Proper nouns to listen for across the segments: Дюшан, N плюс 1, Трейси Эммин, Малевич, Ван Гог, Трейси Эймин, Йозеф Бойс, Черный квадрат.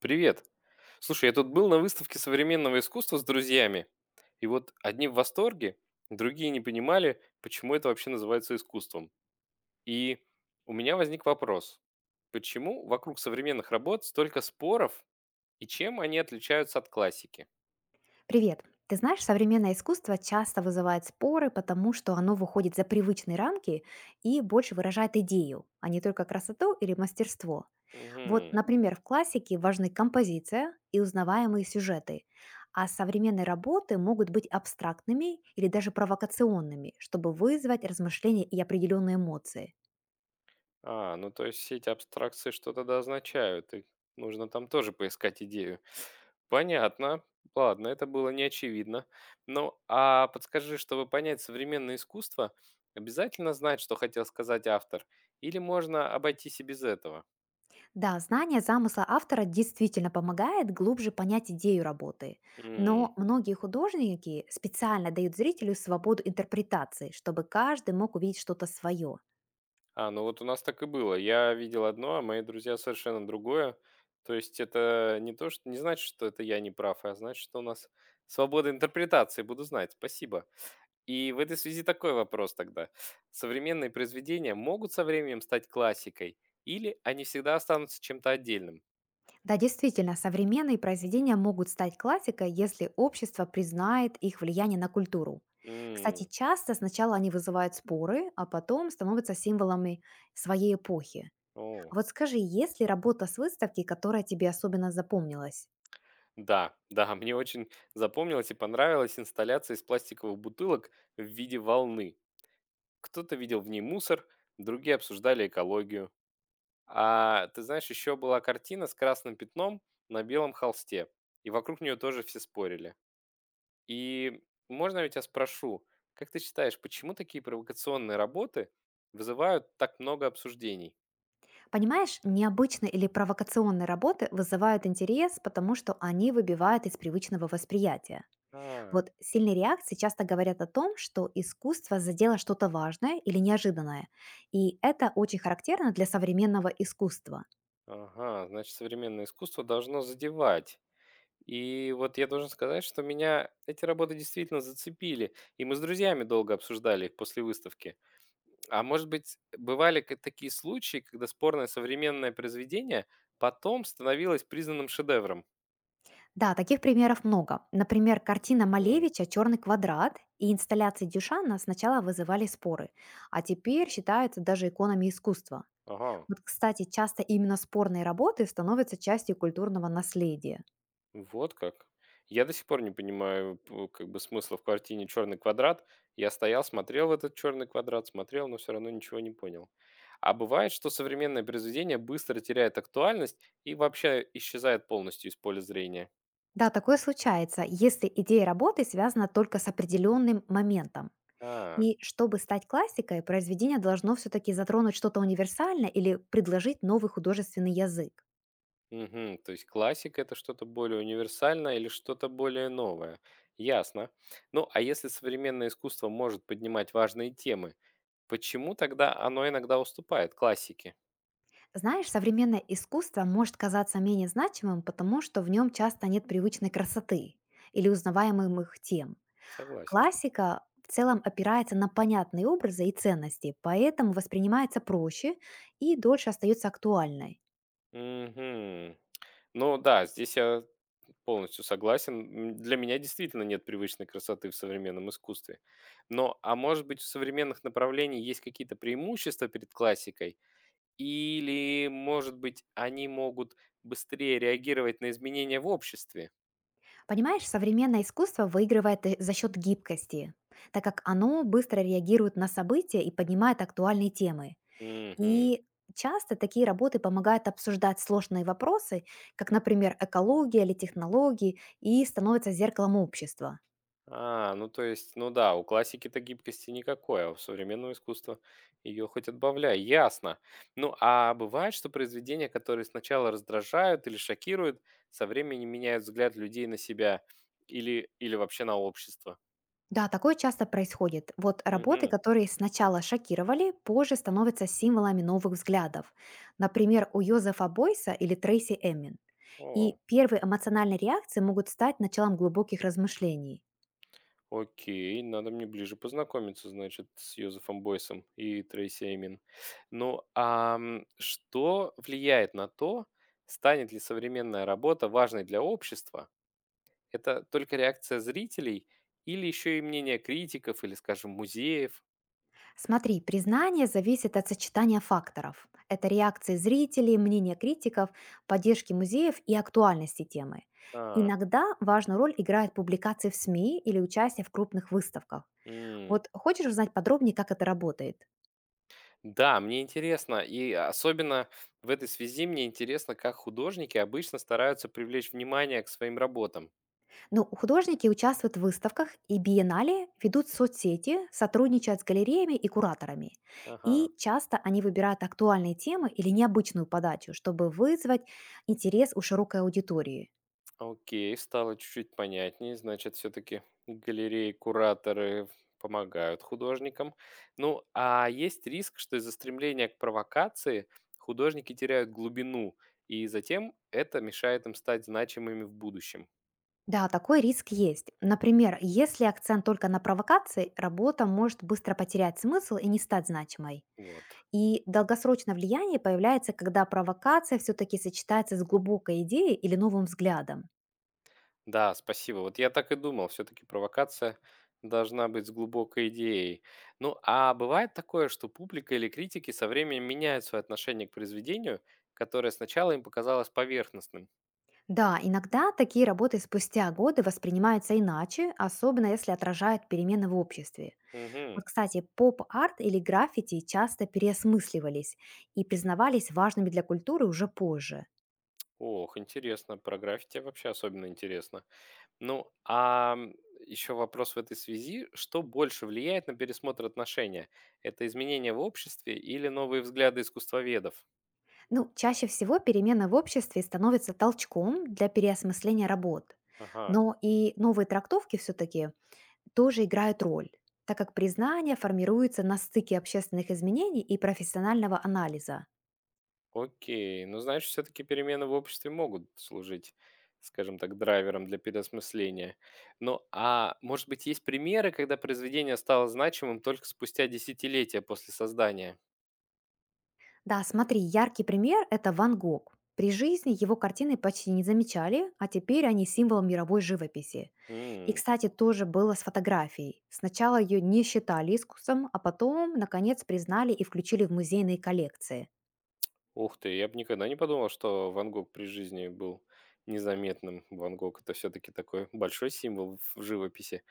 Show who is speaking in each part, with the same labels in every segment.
Speaker 1: Привет. Слушай, я тут был на выставке современного искусства с друзьями, и вот одни в восторге, другие не понимали, почему это вообще называется искусством. И у меня возник вопрос. Почему вокруг современных работ столько споров, и чем они отличаются от классики?
Speaker 2: Привет. Ты знаешь, современное искусство часто вызывает споры, потому что оно выходит за привычные рамки и больше выражает идею, а не только красоту или мастерство. Вот,
Speaker 1: Мгм.
Speaker 2: например, в классике важны композиция и узнаваемые сюжеты, а современные работы могут быть абстрактными или даже провокационными, чтобы вызвать размышления и определенные эмоции.
Speaker 1: А, ну то есть все эти абстракции что-то да означают, и нужно там тоже поискать идею. Понятно. Ладно, это было не очевидно. Ну, а подскажи, чтобы понять современное искусство, обязательно знать, что хотел сказать автор, или можно обойтись и без этого?
Speaker 2: Да, знание замысла автора действительно помогает глубже понять идею работы,
Speaker 1: М,
Speaker 2: но многие художники специально дают зрителю свободу интерпретации, чтобы каждый мог увидеть что-то свое.
Speaker 1: А, ну вот у нас так и было. Я видел одно, а мои друзья совершенно другое. То есть это не то, что не значит, что это я не прав, а значит, что у нас свобода интерпретации. Буду знать. Спасибо. И в этой связи такой вопрос тогда. Современные произведения могут со временем стать классикой или они всегда останутся чем-то отдельным?
Speaker 2: Да, действительно, современные произведения могут стать классикой, если общество признает их влияние на культуру. Кстати,
Speaker 1: М,
Speaker 2: часто сначала они вызывают споры, а потом становятся символами своей эпохи. А
Speaker 1: о,
Speaker 2: вот скажи, есть ли работа с выставки, которая тебе особенно запомнилась?
Speaker 1: Да, да, мне очень запомнилась и понравилась инсталляция из пластиковых бутылок в виде волны. Кто-то видел в ней мусор, другие обсуждали экологию. А ты знаешь, еще была картина с красным пятном на белом холсте, и вокруг нее тоже все спорили. И можно я тебя спрошу, как ты считаешь, почему такие провокационные работы вызывают так много обсуждений?
Speaker 2: Понимаешь, необычные или провокационные работы вызывают интерес, потому что они выбивают из привычного восприятия.
Speaker 1: А,
Speaker 2: Вот сильные реакции часто говорят о том, что искусство задело что-то важное или неожиданное. И это очень характерно для современного искусства.
Speaker 1: ага, значит, современное искусство должно задевать. И вот я должен сказать, что меня эти работы действительно зацепили. И мы с друзьями долго обсуждали их после выставки. А может быть, бывали такие случаи, когда спорное современное произведение потом становилось признанным шедевром?
Speaker 2: Да, таких примеров много. Например, картина
Speaker 1: М,
Speaker 2: Малевича «Черный квадрат» и инсталляции Дюшана сначала вызывали споры, а теперь считаются даже иконами искусства.
Speaker 1: Ага.
Speaker 2: Вот, кстати, часто именно спорные работы становятся частью культурного наследия.
Speaker 1: Вот как. Я до сих пор не понимаю, как бы смысла в картине «Черный квадрат». Я стоял, смотрел в этот черный квадрат, смотрел, но все равно ничего не понял. А бывает, что современное произведение быстро теряет актуальность и вообще исчезает полностью из поля зрения.
Speaker 2: Да, такое случается, если идея работы связана только с определенным моментом.
Speaker 1: А,
Speaker 2: И чтобы стать классикой, произведение должно все-таки затронуть что-то универсальное или предложить новый художественный язык.
Speaker 1: мгм, то есть классика это что-то более универсальное или что-то более новое. Ясно. Ну, а если современное искусство может поднимать важные темы, почему тогда оно иногда уступает классике?
Speaker 2: Знаешь, современное искусство может казаться менее значимым, потому что в нем часто нет привычной красоты или узнаваемых тем.
Speaker 1: Согласен.
Speaker 2: Классика в целом опирается на понятные образы и ценности, поэтому воспринимается проще и дольше остается актуальной.
Speaker 1: Мгм. Ну да, здесь я полностью согласен. Для меня действительно нет привычной красоты в современном искусстве. Но, а может быть, у современных направлений есть какие-то преимущества перед классикой? Или, может быть, они могут быстрее реагировать на изменения в обществе?
Speaker 2: Понимаешь, современное искусство выигрывает за счет гибкости, так как оно быстро реагирует на события и поднимает актуальные темы.
Speaker 1: Мгм.
Speaker 2: И часто такие работы помогают обсуждать сложные вопросы, как, например, экология или технологии, и становятся зеркалом общества.
Speaker 1: А, ну то есть, ну да, у классики-то гибкости никакой, а у современного искусства ее хоть отбавляй, ясно. Ну а бывает, что произведения, которые сначала раздражают или шокируют, со временем меняют взгляд людей на себя или, или вообще на общество.
Speaker 2: Да, такое часто происходит. Вот работы,
Speaker 1: Угу.
Speaker 2: которые сначала шокировали, позже становятся символами новых взглядов. Например, у Йозефа Бойса или Трейси Эммин.
Speaker 1: О,
Speaker 2: И первые эмоциональные реакции могут стать началом глубоких размышлений.
Speaker 1: окей, надо мне ближе познакомиться, значит, с Йозефом Бойсом и Трейси Эймин. Ну а что влияет на то, станет ли современная работа важной для общества? Это только реакция зрителей или еще и мнение критиков или, скажем, музеев?
Speaker 2: Смотри, признание зависит от сочетания факторов. Это реакции зрителей, мнения критиков, поддержки музеев и актуальности темы.
Speaker 1: А,
Speaker 2: Иногда важную роль играют публикации в СМИ или участие в крупных выставках.
Speaker 1: м.
Speaker 2: Вот хочешь узнать подробнее, как это работает?
Speaker 1: Да, мне интересно, и особенно в этой связи мне интересно, как художники обычно стараются привлечь внимание к своим работам.
Speaker 2: Ну, художники участвуют в выставках и биеннале, ведут соцсети, сотрудничают с галереями и кураторами.
Speaker 1: Ага.
Speaker 2: И часто они выбирают актуальные темы или необычную подачу, чтобы вызвать интерес у широкой аудитории.
Speaker 1: Окей, стало чуть-чуть понятнее. Значит, все-таки галереи, кураторы помогают художникам. Ну, а есть риск, что из-за стремления к провокации художники теряют глубину, и затем это мешает им стать значимыми в будущем.
Speaker 2: Да, такой риск есть. Например, если акцент только на провокации, работа может быстро потерять смысл и не стать значимой.
Speaker 1: Вот.
Speaker 2: И долгосрочное влияние появляется, когда провокация все-таки сочетается с глубокой идеей или новым взглядом.
Speaker 1: Да, спасибо. Вот я так и думал, все-таки провокация должна быть с глубокой идеей. Ну, а бывает такое, что публика или критики со временем меняют свое отношение к произведению, которое сначала им показалось поверхностным.
Speaker 2: Да, иногда такие работы спустя годы воспринимаются иначе, особенно если отражают перемены в обществе.
Speaker 1: Угу.
Speaker 2: Вот, кстати, поп-арт или граффити часто переосмысливались и признавались важными для культуры уже позже.
Speaker 1: Ох, интересно. Про граффити вообще особенно интересно. Ну, а еще вопрос в этой связи. Что больше влияет на пересмотр отношения? Это изменения в обществе или новые взгляды искусствоведов?
Speaker 2: Ну, чаще всего перемена в обществе становится толчком для переосмысления работ.
Speaker 1: Ага,
Speaker 2: Но и новые трактовки все-таки тоже играют роль, так как признание формируется на стыке общественных изменений и профессионального анализа.
Speaker 1: окей. Ну, значит, все-таки перемены в обществе могут служить, скажем так, драйвером для переосмысления. Ну, а может быть, есть примеры, когда произведение стало значимым только спустя десятилетия после создания?
Speaker 2: Да, смотри, яркий пример — это Ван Гог. При жизни его картины почти не замечали, а теперь они символ мировой живописи. И, кстати, тоже было с фотографией. Сначала ее не считали искусством, а потом, наконец, признали и включили в музейные коллекции.
Speaker 1: Ух ты, я бы никогда не подумал, что Ван Гог при жизни был незаметным. Ван Гог это все-таки такой большой символ в живописи.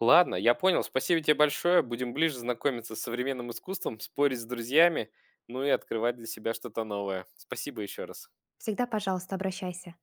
Speaker 1: Ладно, я понял. Спасибо тебе большое. Будем ближе знакомиться с современным искусством, спорить с друзьями, ну и открывать для себя что-то новое. Спасибо еще раз.
Speaker 2: Всегда, пожалуйста, обращайся.